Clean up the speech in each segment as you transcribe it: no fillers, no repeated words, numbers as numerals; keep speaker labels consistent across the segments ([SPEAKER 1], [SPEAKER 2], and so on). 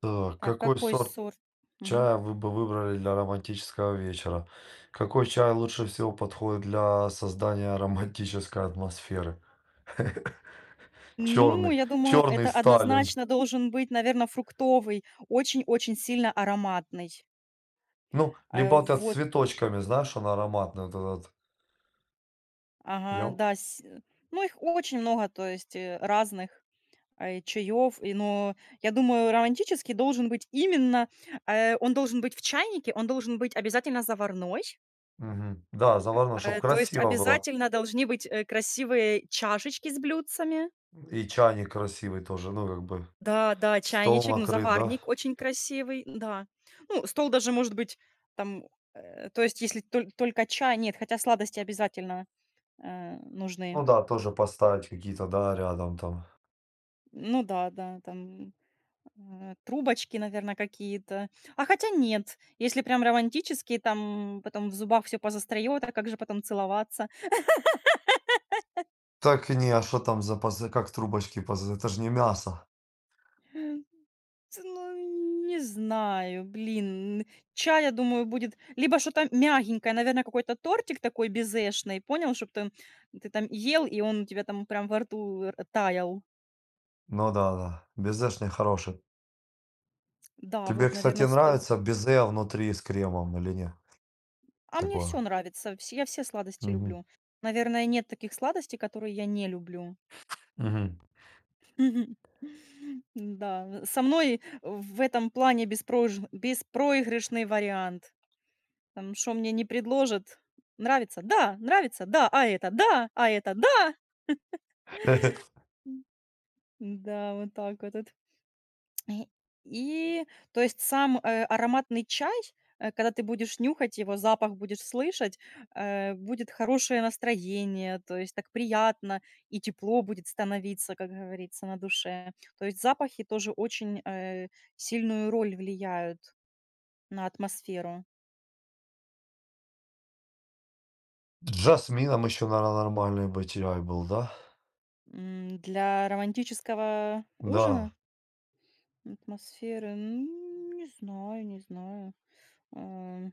[SPEAKER 1] Так,
[SPEAKER 2] Так,
[SPEAKER 1] какой
[SPEAKER 2] какой
[SPEAKER 1] сорт
[SPEAKER 2] сорт? Мгм.
[SPEAKER 1] чая вы бы выбрали для романтического вечера? Какой чай лучше всего подходит для создания романтической атмосферы?
[SPEAKER 2] Ну,
[SPEAKER 1] Черный,
[SPEAKER 2] я думаю,
[SPEAKER 1] черный
[SPEAKER 2] это
[SPEAKER 1] Сталин.
[SPEAKER 2] однозначно должен быть, наверное, фруктовый, очень-очень сильно ароматный.
[SPEAKER 1] Ну, либо вот этот с
[SPEAKER 2] Вот,
[SPEAKER 1] цветочками, знаешь, он ароматный, вот этот. Я...
[SPEAKER 2] ага, да, ну, их очень много, то есть, разных, чаёв, и, но я думаю, романтический должен быть именно, он должен быть в чайнике, он должен быть обязательно заварной,
[SPEAKER 1] Мгм. Да, заварной, чтобы
[SPEAKER 2] то есть
[SPEAKER 1] красиво было.
[SPEAKER 2] обязательно должны быть, красивые чашечки с блюдцами.
[SPEAKER 1] И чайник красивый тоже, ну, как бы
[SPEAKER 2] Да, да,
[SPEAKER 1] стол
[SPEAKER 2] чайничек, ну,
[SPEAKER 1] накрыт, да?
[SPEAKER 2] заварник очень красивый, да. Ну, стол даже может быть там, то есть если только чай, нет, хотя сладости обязательно,
[SPEAKER 1] Ну
[SPEAKER 2] нужны.
[SPEAKER 1] да, тоже поставить какие-то, да, рядом там.
[SPEAKER 2] Ну да, да, там, трубочки, наверное, какие-то. А хотя нет, если прям романтические, там потом в зубах все позастаёт, а как же потом целоваться?
[SPEAKER 1] Так не, а что там за, как трубочки, это же не мясо.
[SPEAKER 2] Ц ну, не знаю, блин. Чай, я думаю, будет либо что-то мягенькое, наверное, какой-то тортик такой безэшный, понял, чтоб ты там ел, и он у тебя там прям во рту р таял.
[SPEAKER 1] Ну да, да. Безэшный хороший.
[SPEAKER 2] Да,
[SPEAKER 1] Тебе,
[SPEAKER 2] вот,
[SPEAKER 1] кстати,
[SPEAKER 2] наверное, сто
[SPEAKER 1] нравится безе внутри с кремом или нет?
[SPEAKER 2] А мне
[SPEAKER 1] Такое.
[SPEAKER 2] все нравится, вс я все сладости
[SPEAKER 1] Мгм.
[SPEAKER 2] люблю. Наверное, нет таких сладостей, которые я не люблю.
[SPEAKER 1] Мгм.
[SPEAKER 2] Да, со мной в этом плане беспроиж беспроигрышный вариант. Там что мне не предложат? Нравится? Да! Нравится? Да! А это? Да! А это? Да! Да, вот так вот. И, и, то есть сам, ароматный чай, когда ты будешь нюхать его, запах будешь слышать, будет хорошее настроение, то есть так приятно и тепло будет становиться, как говорится, на душе. То есть запахи тоже очень, сильную роль влияют на атмосферу.
[SPEAKER 1] С жасмином еще, наверно, нормальный бы чай был, да?
[SPEAKER 2] М, для романтического ужина
[SPEAKER 1] Да.
[SPEAKER 2] Атмосферы, м, не знаю, не знаю. Ам,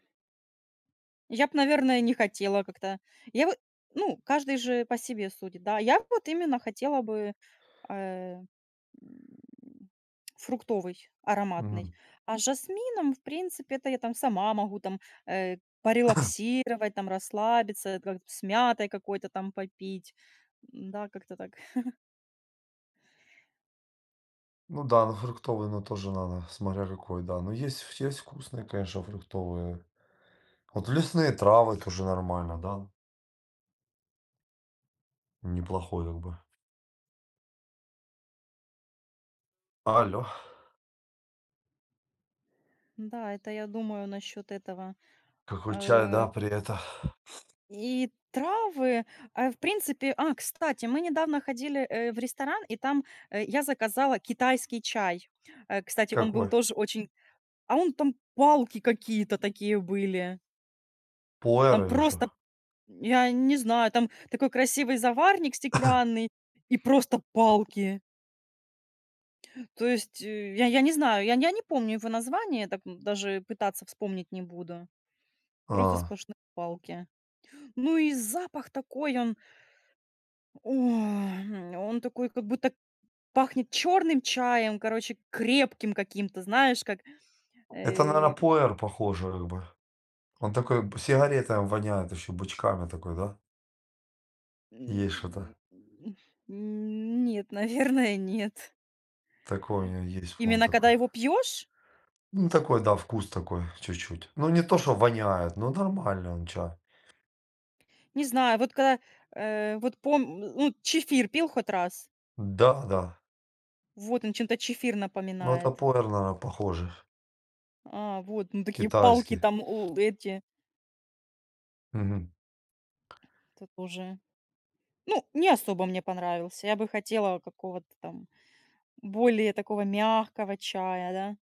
[SPEAKER 2] я бы, наверное, не хотела как-то. Я вот, ну, каждый же по себе судит, да. Я вот именно хотела бы, э, м, фруктовый, ароматный.
[SPEAKER 1] Мгм.
[SPEAKER 2] А с жасмином, в принципе, это я там сама могу там, порелаксировать, там расслабиться, это как с мятой какой-то там попить. Да как-то так.
[SPEAKER 1] Ну да, ну фруктовый, ну тоже надо, смотря какой, да. Но есть вкусные, конечно, фруктовые. Вот лесные травы тоже нормально, да. Неплохой как бы. Алло,
[SPEAKER 2] Да, это я думаю насчет этого.
[SPEAKER 1] какой чай, да,
[SPEAKER 2] Э
[SPEAKER 1] при это.
[SPEAKER 2] И травы, а, в принципе А, кстати, мы недавно ходили, в ресторан, и там, я заказала китайский чай. Кстати, он был
[SPEAKER 1] Какой?
[SPEAKER 2] тоже очень а он там палки какие-то такие были. Там
[SPEAKER 1] Пуэр или что?
[SPEAKER 2] просто, я не знаю, там такой красивый заварник стеклянный и просто палки. То есть, я не знаю, я не помню его название, так, м, даже пытаться вспомнить не буду. Просто
[SPEAKER 1] А.
[SPEAKER 2] сплошные палки. Ну и запах такой он О, м, он такой как будто пахнет черным чаем, короче, крепким каким-то, знаешь, как,
[SPEAKER 1] Это, наверное,
[SPEAKER 2] э,
[SPEAKER 1] пуэр похоже как бы. Он такой, сигарета воняет еще бычками такой, да? Есть что-то.
[SPEAKER 2] м, м, нет, наверное, нет.
[SPEAKER 1] Такое у него есть, по-моему,
[SPEAKER 2] Именно
[SPEAKER 1] такой.
[SPEAKER 2] когда его пьешь?
[SPEAKER 1] Ну, такой, да, вкус такой, чуть-чуть. Ну, не то, что воняет, но нормальный он чай.
[SPEAKER 2] Не знаю, вот когда, вот пом ну, чефир пил хоть раз?
[SPEAKER 1] Да, да.
[SPEAKER 2] Вот он чем-то чефир
[SPEAKER 1] Ну, это
[SPEAKER 2] напоминает.
[SPEAKER 1] пуэр, наверное, похоже.
[SPEAKER 2] А, вот, ну, такие палки
[SPEAKER 1] Китайский.
[SPEAKER 2] там, у, эти,
[SPEAKER 1] Мгм.
[SPEAKER 2] это тоже. Ну, не особо мне понравился. Я бы хотела какого-то там более такого мягкого чая, да,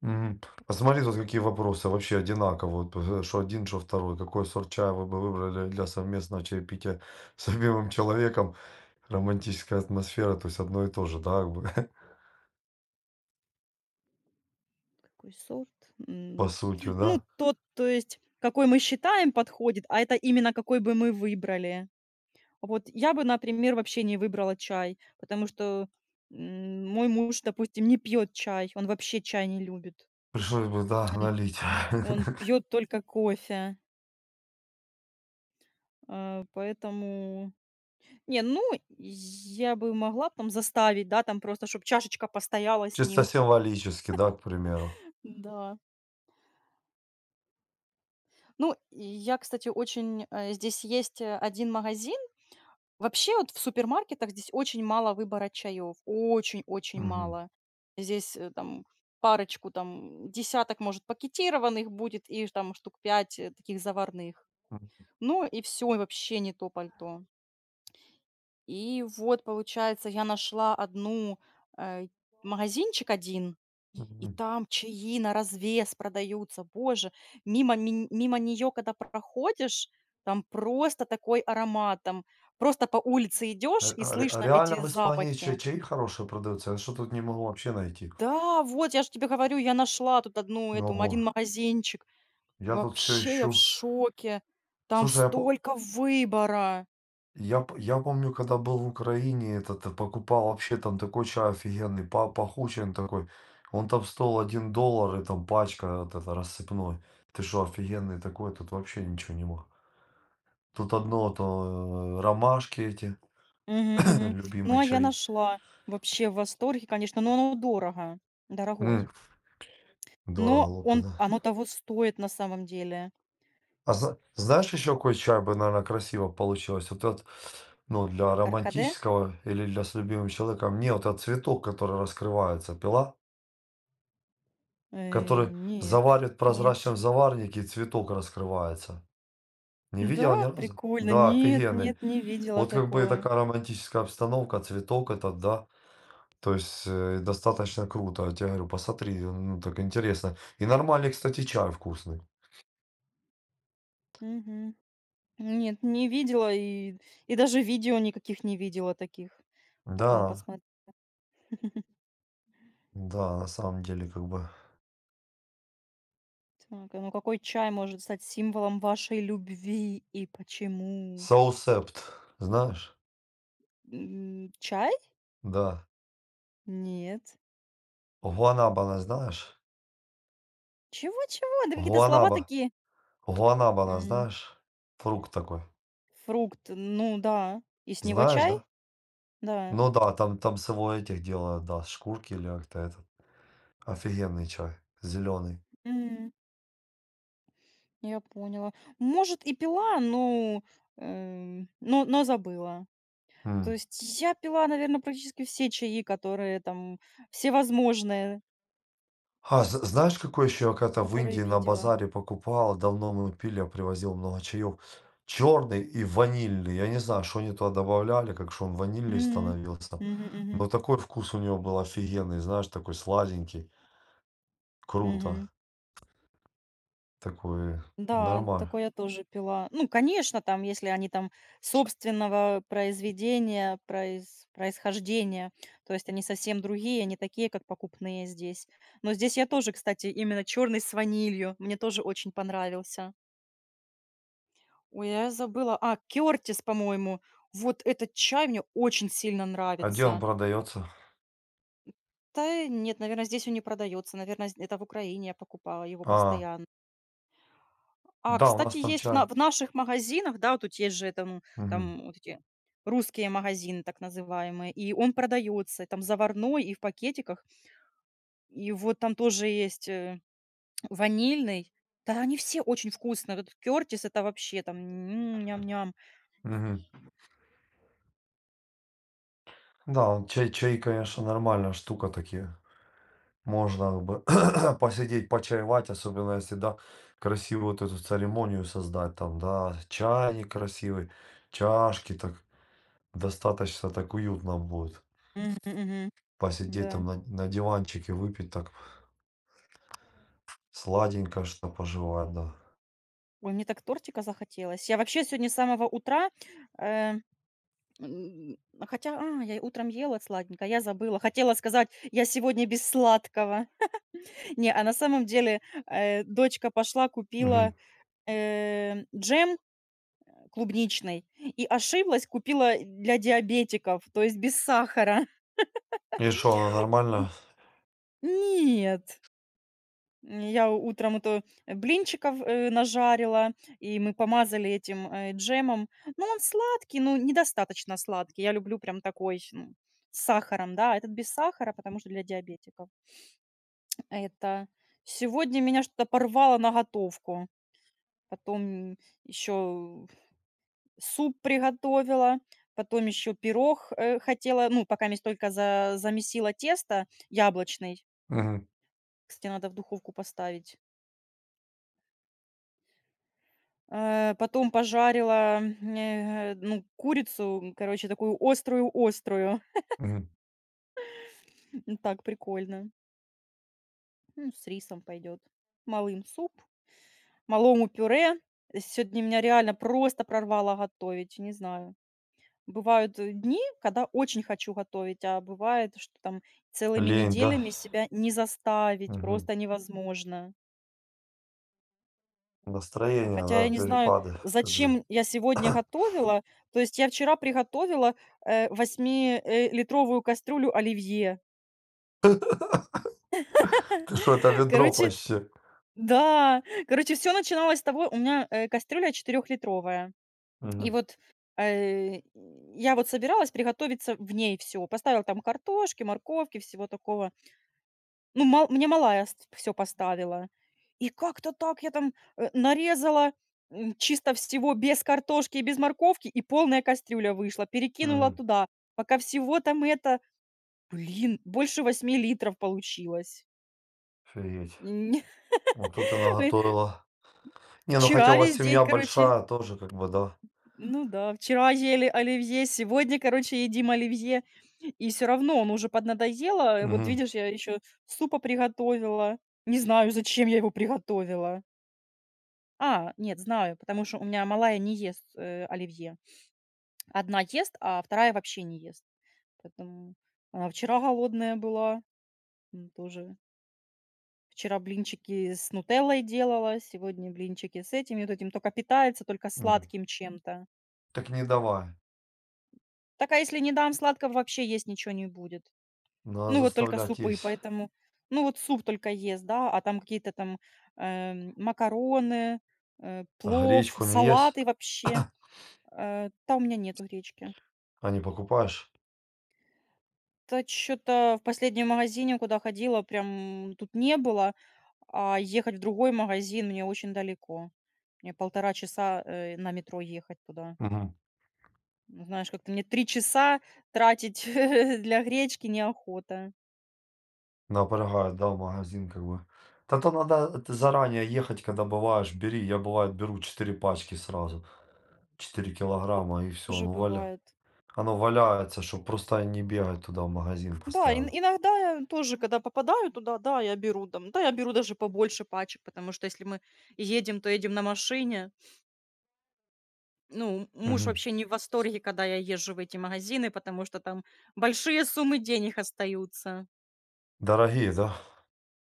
[SPEAKER 1] Мгм. Посмотри, тут
[SPEAKER 2] что
[SPEAKER 1] какие
[SPEAKER 2] такое.
[SPEAKER 1] вопросы вообще одинаково. Вот, что один, что второй. Какой сорт чая вы бы выбрали для совместного чаепития с любимым человеком? Романтическая атмосфера, то есть одно и то же, да, как бы,
[SPEAKER 2] Какой сорт?
[SPEAKER 1] по
[SPEAKER 2] М,
[SPEAKER 1] сути,
[SPEAKER 2] ну,
[SPEAKER 1] да?
[SPEAKER 2] тот, то есть, какой мы считаем, подходит, а это именно какой бы мы выбрали. Вот я бы, например, вообще не выбрала чай, потому что, м, мой муж, допустим, не пьет чай, он вообще чай не любит.
[SPEAKER 1] Пришлось бы, да,
[SPEAKER 2] М,
[SPEAKER 1] налить.
[SPEAKER 2] он пьет только кофе, а, поэтому Не, ну, я бы могла там заставить, да, там просто, чтобы чашечка постояла с
[SPEAKER 1] Чисто
[SPEAKER 2] ним.
[SPEAKER 1] символически, да, к примеру.
[SPEAKER 2] Да. Ну, и я, кстати, очень, здесь есть, 1 магазин Вообще, вот в супермаркетах здесь очень мало выбора чаёв, очень-очень
[SPEAKER 1] Мгм.
[SPEAKER 2] мало. Здесь, там парочку, там десяток, может, пакетированных будет и там штук 5 таких заварных.
[SPEAKER 1] М,
[SPEAKER 2] Ну и все, и вообще не то пальто. И вот, получается, я нашла одну, э, магазинчик один, и
[SPEAKER 1] мгм.
[SPEAKER 2] там чаи на развес продаются. Боже, мимо нее, когда проходишь, там просто такой аромат. Там просто по улице идешь и
[SPEAKER 1] А ре а
[SPEAKER 2] слышно
[SPEAKER 1] реально
[SPEAKER 2] эти
[SPEAKER 1] в Испании ча
[SPEAKER 2] запахи.
[SPEAKER 1] чаи хорошие продаются? Я что тут не могу вообще найти.
[SPEAKER 2] Да, вот я же тебе говорю, я нашла тут одну
[SPEAKER 1] Ну,
[SPEAKER 2] эту, один магазинчик.
[SPEAKER 1] я тут все
[SPEAKER 2] Вообще я в
[SPEAKER 1] ищу.
[SPEAKER 2] шоке. Там
[SPEAKER 1] Слушай, я по
[SPEAKER 2] столько выбора.
[SPEAKER 1] я п я помню, когда был в Украине, покупал вообще там такой чай офигенный, па пахучий он такой. Он там стоил $1, и там пачка вот эта рассыпной. Ты что, офигенный такой, тут вообще ничего не мог. Тут одно то ромашки эти.
[SPEAKER 2] Мгм, мгм.
[SPEAKER 1] Любимый
[SPEAKER 2] Ну, а я
[SPEAKER 1] чай.
[SPEAKER 2] нашла. Вообще в восторге, конечно, но оно дорого, дорогой.
[SPEAKER 1] М, дорого,
[SPEAKER 2] Но
[SPEAKER 1] глупо,
[SPEAKER 2] он
[SPEAKER 1] да.
[SPEAKER 2] оно того стоит на самом деле.
[SPEAKER 1] А знаешь еще какой чай бы, наверное, красиво получилось? Вот этот, ну, для
[SPEAKER 2] Каркаде?
[SPEAKER 1] романтического или для с любимым человеком. Мне вот этот цветок, который раскрывается, пила, который
[SPEAKER 2] Нет,
[SPEAKER 1] заварит в
[SPEAKER 2] нет.
[SPEAKER 1] прозрачном заварнике, и цветок раскрывается. Не видела ни
[SPEAKER 2] Да,
[SPEAKER 1] разу?
[SPEAKER 2] прикольно.
[SPEAKER 1] Да,
[SPEAKER 2] Нет,
[SPEAKER 1] офигенный.
[SPEAKER 2] нет, не видела
[SPEAKER 1] Вот как бы и
[SPEAKER 2] такого.
[SPEAKER 1] такая романтическая обстановка, цветок этот, да. То есть, достаточно круто. Я те говорю, посмотри, ну, так интересно. И нормальный, кстати, чай вкусный.
[SPEAKER 2] Мгм. Нет, не видела и даже видео никаких не видела таких. Потом
[SPEAKER 1] Да.
[SPEAKER 2] посмотрю.
[SPEAKER 1] Да, на самом деле, как бы.
[SPEAKER 2] А ну какой чай может стать символом вашей любви и почему?
[SPEAKER 1] Соусепт, знаешь?
[SPEAKER 2] М, чай?
[SPEAKER 1] Да.
[SPEAKER 2] Нет.
[SPEAKER 1] Гуанабана знаешь?
[SPEAKER 2] Чего-чего? Да какие-то слова
[SPEAKER 1] Гуанаба.
[SPEAKER 2] такие.
[SPEAKER 1] Гуанабана
[SPEAKER 2] М,
[SPEAKER 1] знаешь? Фрукт такой.
[SPEAKER 2] фрукт, ну да. И с него
[SPEAKER 1] Знаешь,
[SPEAKER 2] чай?
[SPEAKER 1] да?
[SPEAKER 2] Да.
[SPEAKER 1] Ну да, там с его этих делают, да, с шкурки или как-то этот. Офигенный чай. Зеленый.
[SPEAKER 2] М. Я поняла. Может, и пила, но, но забыла. То есть я пила, наверное, практически все чаи, которые там всевозможные,
[SPEAKER 1] А з знаешь, какой еще я когда-то в
[SPEAKER 2] которые
[SPEAKER 1] Индии на
[SPEAKER 2] видела.
[SPEAKER 1] базаре покупал, давно мы пили, я привозил много чаев, черный и ванильный. Я не знаю, что они туда добавляли, как что он ванильный
[SPEAKER 2] Мгм.
[SPEAKER 1] становился.
[SPEAKER 2] Мгм, мгм,
[SPEAKER 1] Но такой вкус у него был офигенный, знаешь, такой сладенький, круто,
[SPEAKER 2] мгм.
[SPEAKER 1] такой
[SPEAKER 2] Да,
[SPEAKER 1] нормально.
[SPEAKER 2] такое я тоже пила. Ну, конечно, там, если они там собственного произведения, происхождения, то есть они совсем другие, не такие, как покупные здесь. Но здесь я тоже, кстати, именно черный с ванилью. Мне тоже очень понравился. Ой, а я забыла. А, Кертис, по-моему. Вот этот чай мне очень сильно
[SPEAKER 1] А где он
[SPEAKER 2] нравится.
[SPEAKER 1] продается?
[SPEAKER 2] Да нет, наверное, здесь он не продается. Наверное, это в Украине я покупала его
[SPEAKER 1] А,
[SPEAKER 2] постоянно. А,
[SPEAKER 1] да, у
[SPEAKER 2] кстати,
[SPEAKER 1] нас там
[SPEAKER 2] есть в,
[SPEAKER 1] чай.
[SPEAKER 2] в наших магазинах, да, тут есть же это, ну,
[SPEAKER 1] Мгм.
[SPEAKER 2] там вот эти русские магазины, так называемые, и он продается, там заварной и в пакетиках. И вот там тоже есть ванильный. Да, они все очень вкусные. Вот Кертис это вообще там м, ням-ням.
[SPEAKER 1] Мгм. Да, он чай, конечно, нормальная штука такие. Можно бы посидеть, почаевать, особенно если, да, красивую вот эту церемонию создать, там, да, чайник красивый, чашки, так достаточно так уютно будет.
[SPEAKER 2] Мгм, мгм.
[SPEAKER 1] Посидеть там
[SPEAKER 2] Да.
[SPEAKER 1] на диванчике, выпить так сладенько, что пожевать, да.
[SPEAKER 2] Ой, мне так тортика захотелось. Я вообще сегодня с самого утра, э, м, хотя, а, я и утром ела сладенько, а я забыла. Хотела сказать, я сегодня без сладкого. Не, а на самом деле дочка пошла,
[SPEAKER 1] Мгм.
[SPEAKER 2] купила джем клубничный и ошиблась, купила для диабетиков, то есть без сахара.
[SPEAKER 1] И что, она нормально?
[SPEAKER 2] Нет. Я утром это блинчиков, нажарила, и мы помазали этим, джемом. Ну, он сладкий, но недостаточно сладкий. Я люблю прям такой, ну, с сахаром, да. А этот без сахара, потому что для диабетиков. Это сегодня меня что-то порвало на готовку. Потом еще суп приготовила, потом еще пирог, хотела. Ну, пока месь только за замесила тесто яблочный.
[SPEAKER 1] Мгм.
[SPEAKER 2] Кстати, надо в духовку поставить. Потом пожарила, ну, курицу, короче, такую острую-острую.
[SPEAKER 1] Мгм.
[SPEAKER 2] Ну, так прикольно. Ну, с рисом пойдет. Малым суп, малому пюре. Сегодня меня реально просто прорвало готовить, не знаю. Бывают дни, когда очень хочу готовить, а бывает, что там целыми
[SPEAKER 1] Лень, да?
[SPEAKER 2] неделями себя не заставить,
[SPEAKER 1] Мгм.
[SPEAKER 2] просто невозможно. А,
[SPEAKER 1] Настроение,
[SPEAKER 2] хотя я
[SPEAKER 1] да,
[SPEAKER 2] не знаю,
[SPEAKER 1] перепады.
[SPEAKER 2] зачем я сегодня готовила. То есть я вчера приготовила, восьмилитровую кастрюлю оливье.
[SPEAKER 1] Ты что, это ведро
[SPEAKER 2] Короче,
[SPEAKER 1] почти?
[SPEAKER 2] да, короче, все начиналось с того у меня, кастрюля четырехлитровая. И
[SPEAKER 1] Мгм.
[SPEAKER 2] вот, э, я вот собиралась приготовиться в ней все, поставила там картошки, морковки, всего такого. Ну, мал мне малая все поставила. И как-то так я там, нарезала, м, чисто всего без картошки и без морковки, и полная кастрюля вышла. Перекинула
[SPEAKER 1] Мгм.
[SPEAKER 2] туда. Пока всего там это, блин, больше 8 литров получилось.
[SPEAKER 1] Офигеть.
[SPEAKER 2] Н
[SPEAKER 1] Вот тут и
[SPEAKER 2] э,
[SPEAKER 1] наготовила. Не, ну хотя
[SPEAKER 2] вчера
[SPEAKER 1] у вас
[SPEAKER 2] весь день,
[SPEAKER 1] семья
[SPEAKER 2] короче
[SPEAKER 1] большая тоже как бы, да?
[SPEAKER 2] ну да, вчера ели оливье, сегодня, короче, едим оливье, и все равно он уже поднадоело. Вот
[SPEAKER 1] Мгм.
[SPEAKER 2] видишь, я еще супа приготовила. Не знаю, зачем я его приготовила. А, нет, знаю, потому что у меня малая не ест, оливье. Одна ест, а вторая вообще не ест. Поэтому она вчера голодная была, м, тоже. Вчера блинчики с нутеллой делала, сегодня блинчики с этим и вот этим. Только питается только
[SPEAKER 1] М.
[SPEAKER 2] сладким чем-то.
[SPEAKER 1] Так не давай.
[SPEAKER 2] Так, а если не дам сладкого, вообще есть ничего не будет.
[SPEAKER 1] Надо
[SPEAKER 2] Ну, вот только
[SPEAKER 1] заставлять
[SPEAKER 2] супы,
[SPEAKER 1] есть.
[SPEAKER 2] поэтому ну, вот суп только ест, да, а там какие-то там, макароны,
[SPEAKER 1] А
[SPEAKER 2] плов,
[SPEAKER 1] гречку не ешь,
[SPEAKER 2] салаты вообще. Там у меня нету гречки.
[SPEAKER 1] а не покупаешь.
[SPEAKER 2] То чё-то в последнем магазине, куда ходила, прям тут не было, а ехать в другой магазин мне очень далеко. Мне 1,5 часа, на метро ехать туда.
[SPEAKER 1] Мгм.
[SPEAKER 2] Ну, знаешь, как-то мне 3 часа тратить для гречки неохота.
[SPEAKER 1] Напрягает, да, в магазин как бы. Да то надо это заранее ехать, когда бываешь, бери. Я бывает беру 4 пачки сразу, 4 кг и все.
[SPEAKER 2] Тоже
[SPEAKER 1] Оно, валя...
[SPEAKER 2] бывает.
[SPEAKER 1] оно валяется, чтобы просто не бегать туда в магазин
[SPEAKER 2] Да, ин
[SPEAKER 1] постоянно.
[SPEAKER 2] иногда я тоже, когда попадаю туда, да, я беру там, да, я беру даже побольше пачек, потому что если мы едем, то едем на машине. Ну, муж
[SPEAKER 1] Мгм.
[SPEAKER 2] вообще не в восторге, когда я езжу в эти магазины, потому что там большие суммы денег остаются.
[SPEAKER 1] Дорогие, да?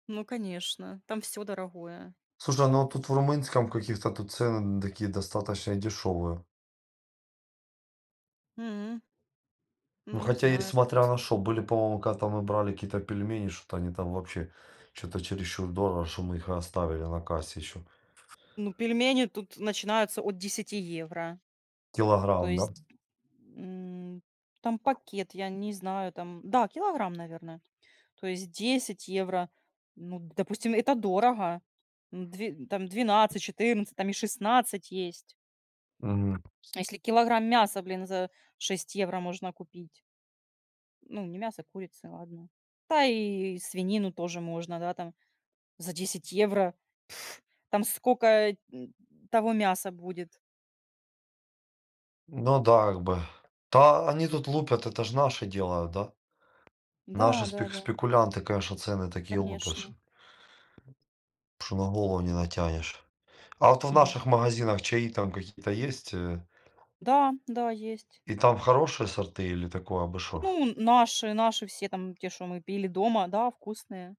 [SPEAKER 2] Ну, конечно, там все дорогое.
[SPEAKER 1] Слушай, ну а тут в румынском каких-то тут цены такие достаточно дешевые.
[SPEAKER 2] М, ну,
[SPEAKER 1] Ну,
[SPEAKER 2] не
[SPEAKER 1] хотя и
[SPEAKER 2] знаю.
[SPEAKER 1] смотря на что, были, по-моему, когда мы брали какие-то пельмени, что-то они там вообще что-то чересчур дорого, что мы их и оставили на кассе еще.
[SPEAKER 2] Ну, пельмени тут начинаются от 10 евро. То
[SPEAKER 1] Килограмм, да?
[SPEAKER 2] есть, м, там пакет, я не знаю, там, да, килограмм, наверное. То есть 10 евро. Ну, допустим, это дорого. М, дви там 12, 14, там и 16 есть.
[SPEAKER 1] Мгм.
[SPEAKER 2] А если килограмм мяса, блин, за 6 евро можно купить? Ну, не мясо, а курицы, ладно. Да и свинину тоже можно, да, там за 10 евро. Пф, там сколько м, того мяса будет.
[SPEAKER 1] Ну да, как бы. Да, они тут лупят, это же наши делают, да? Наши
[SPEAKER 2] Да, да, да,
[SPEAKER 1] спекулянты, конечно, цены такие лупят,
[SPEAKER 2] конечно.
[SPEAKER 1] что на голову не натянешь. А вот в
[SPEAKER 2] Мгм.
[SPEAKER 1] наших магазинах чаи там какие-то есть?
[SPEAKER 2] Да, да, есть.
[SPEAKER 1] И там хорошие сорты или такое, обышло?
[SPEAKER 2] Ну, наши, наши все там, те, что мы пили дома, да, вкусные.